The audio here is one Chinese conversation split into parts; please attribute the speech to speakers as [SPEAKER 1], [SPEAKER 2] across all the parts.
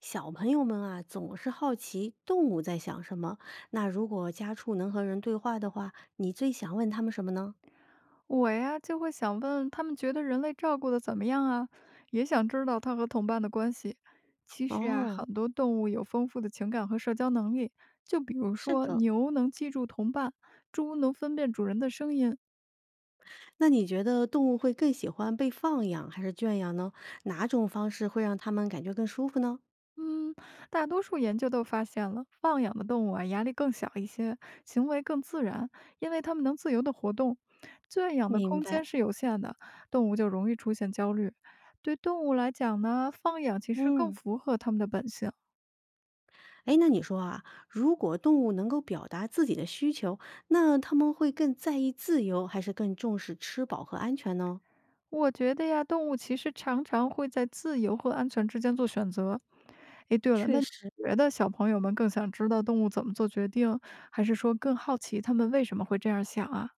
[SPEAKER 1] 小朋友们啊，总是好奇动物在想什么。那如果家畜能和人对话的话，你最想问他们什么呢？
[SPEAKER 2] 我呀，就会想问他们觉得人类照顾的怎么样啊？也想知道它和同伴的关系。其实啊，
[SPEAKER 1] 哦，
[SPEAKER 2] 很多动物有丰富的情感和社交能力，就比如
[SPEAKER 1] 是
[SPEAKER 2] 说
[SPEAKER 1] 的。
[SPEAKER 2] 牛能记住同伴，猪能分辨主人的声音。
[SPEAKER 1] 那你觉得动物会更喜欢被放养还是圈养呢？哪种方式会让它们感觉更舒服呢？
[SPEAKER 2] 嗯，大多数研究都发现了，放养的动物啊，压力更小一些，行为更自然，因为它们能自由的活动。圈养的
[SPEAKER 1] 明
[SPEAKER 2] 空
[SPEAKER 1] 白。
[SPEAKER 2] 间是有限的，动物就容易出现焦虑。对动物来讲呢，放养其实更
[SPEAKER 1] 嗯，
[SPEAKER 2] 符合它们的本性。
[SPEAKER 1] 哎，那你说啊，如果动物能够表达自己的需求，那它们会更在意自由，还是更重视吃饱和安全呢？
[SPEAKER 2] 我觉得呀，动物其实常常会在自由和安全之间做选择。诶，对了，
[SPEAKER 1] 确
[SPEAKER 2] 那你
[SPEAKER 1] 实，
[SPEAKER 2] 觉得小朋友们更想知道动物怎么做决定，还是说更好奇他们为什么会这样想啊？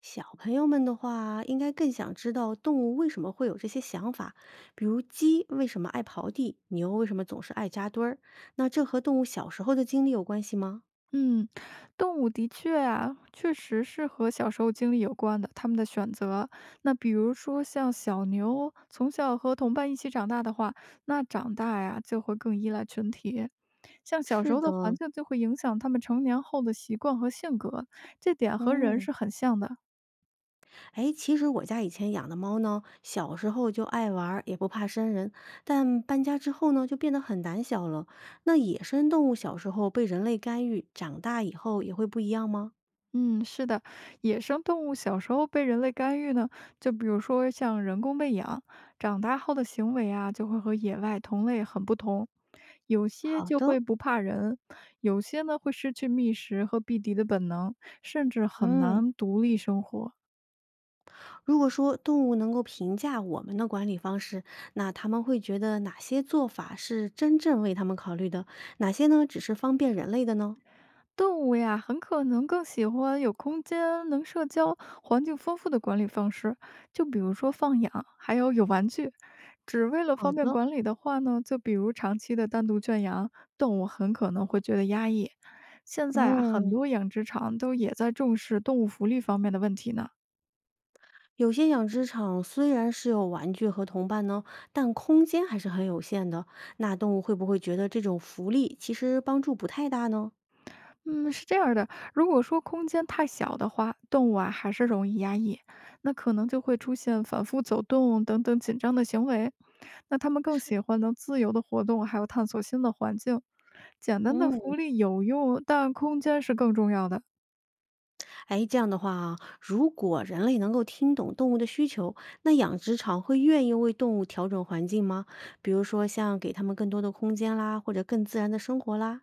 [SPEAKER 1] 小朋友们的话，应该更想知道动物为什么会有这些想法，比如鸡为什么爱刨地，牛为什么总是爱扎堆儿。那这和动物小时候的经历有关系吗？
[SPEAKER 2] 嗯，动物的确啊，确实是和小时候经历有关的，他们的选择。那比如说像小牛，从小和同伴一起长大的话，那长大呀就会更依赖群体。像小时
[SPEAKER 1] 是
[SPEAKER 2] 候
[SPEAKER 1] 的，
[SPEAKER 2] 的环境就会影响他们成年后的习惯和性格，这点和人
[SPEAKER 1] 嗯，
[SPEAKER 2] 是很像的。
[SPEAKER 1] 哎，其实我家以前养的猫呢，小时候就爱玩儿，也不怕生人，但搬家之后呢，就变得很胆小了。那野生动物小时候被人类干预，长大以后也会不一样吗？
[SPEAKER 2] 嗯，是的，野生动物小时候被人类干预呢，就比如说像人工喂养，长大后的行为啊，就会和野外同类很不同。有些
[SPEAKER 1] 好
[SPEAKER 2] 就会
[SPEAKER 1] 的。
[SPEAKER 2] 不怕人，有些呢会失去觅食和避敌的本能，甚至很
[SPEAKER 1] 嗯，
[SPEAKER 2] 难独立生活。
[SPEAKER 1] 如果说动物能够评价我们的管理方式，那他们会觉得哪些做法是真正为他们考虑的，哪些呢只是方便人类的呢？
[SPEAKER 2] 动物呀，很可能更喜欢有空间、能社交、环境丰富的管理方式，就比如说放养，还有有玩具。只为了
[SPEAKER 1] 好
[SPEAKER 2] 方便
[SPEAKER 1] 的，
[SPEAKER 2] 管理的话呢，就比如长期的单独圈养，动物很可能会觉得压抑。现在啊，很
[SPEAKER 1] 嗯，
[SPEAKER 2] 多养殖场都也在重视动物福利方面的问题呢。
[SPEAKER 1] 有些养殖场虽然是有玩具和同伴呢，但空间还是很有限的。那动物会不会觉得这种福利其实帮助不太大呢？
[SPEAKER 2] 嗯，是这样儿的，如果说空间太小的话，动物啊还是容易压抑，那可能就会出现反复走动等等紧张的行为。那它们更喜欢能自由的活动，还有探索新的环境。简单的
[SPEAKER 1] 嗯。
[SPEAKER 2] 福利有用，但空间是更重要的。
[SPEAKER 1] 哎，这样的话啊，如果人类能够听懂动物的需求，那养殖场会愿意为动物调整环境吗？比如说像给它们更多的空间啦，或者更自然的生活啦。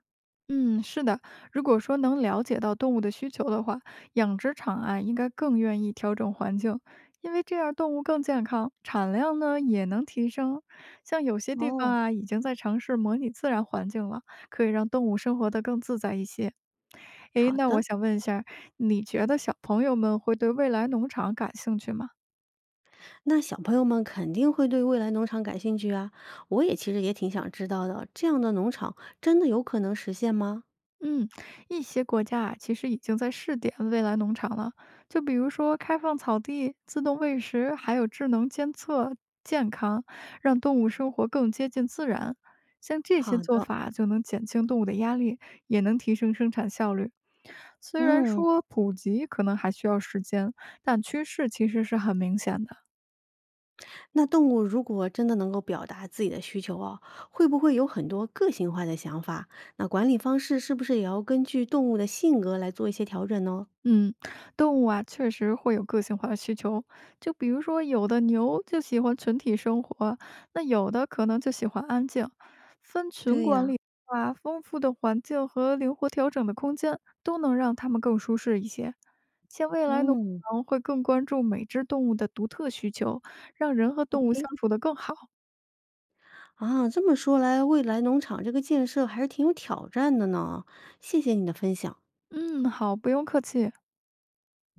[SPEAKER 2] 嗯，是的，如果说能了解到动物的需求的话，养殖场啊应该更愿意调整环境，因为这样动物更健康，产量呢也能提升。像有些地方
[SPEAKER 1] 哦，
[SPEAKER 2] 啊已经在尝试模拟自然环境了，可以让动物生活得更自在一些。诶，
[SPEAKER 1] 好
[SPEAKER 2] 那我
[SPEAKER 1] 的，
[SPEAKER 2] 想问一下，你觉得小朋友们会对未来农场感兴趣吗？
[SPEAKER 1] 那小朋友们肯定会对未来农场感兴趣啊。我也其实也挺想知道的，这样的农场真的有可能实现吗？
[SPEAKER 2] 嗯，一些国家啊，其实已经在试点未来农场了，就比如说开放草地、自动喂食，还有智能监测健康，让动物生活更接近自然。像这些
[SPEAKER 1] 好
[SPEAKER 2] 做
[SPEAKER 1] 的，
[SPEAKER 2] 法就能减轻动物的压力，也能提升生产效率。虽然
[SPEAKER 1] 嗯。
[SPEAKER 2] 说普及可能还需要时间，但趋势其实是很明显的。
[SPEAKER 1] 那动物如果真的能够表达自己的需求哦，会不会有很多个性化的想法？那管理方式是不是也要根据动物的性格来做一些调整呢？
[SPEAKER 2] 嗯，动物啊，确实会有个性化的需求。就比如说，有的牛就喜欢群体生活，那有的可能就喜欢安静。分群
[SPEAKER 1] 对
[SPEAKER 2] 管
[SPEAKER 1] 呀、
[SPEAKER 2] 理的话，丰富的环境和灵活调整的空间，都能让它们更舒适一些。像未来农
[SPEAKER 1] 嗯
[SPEAKER 2] 场会更关注每只动物的独特需求，让人和动物相
[SPEAKER 1] ，OK，
[SPEAKER 2] 处得更好。
[SPEAKER 1] 啊，这么说来，未来农场这个建设还是挺有挑战的呢。谢谢你的分享。
[SPEAKER 2] 嗯，好，不用客气。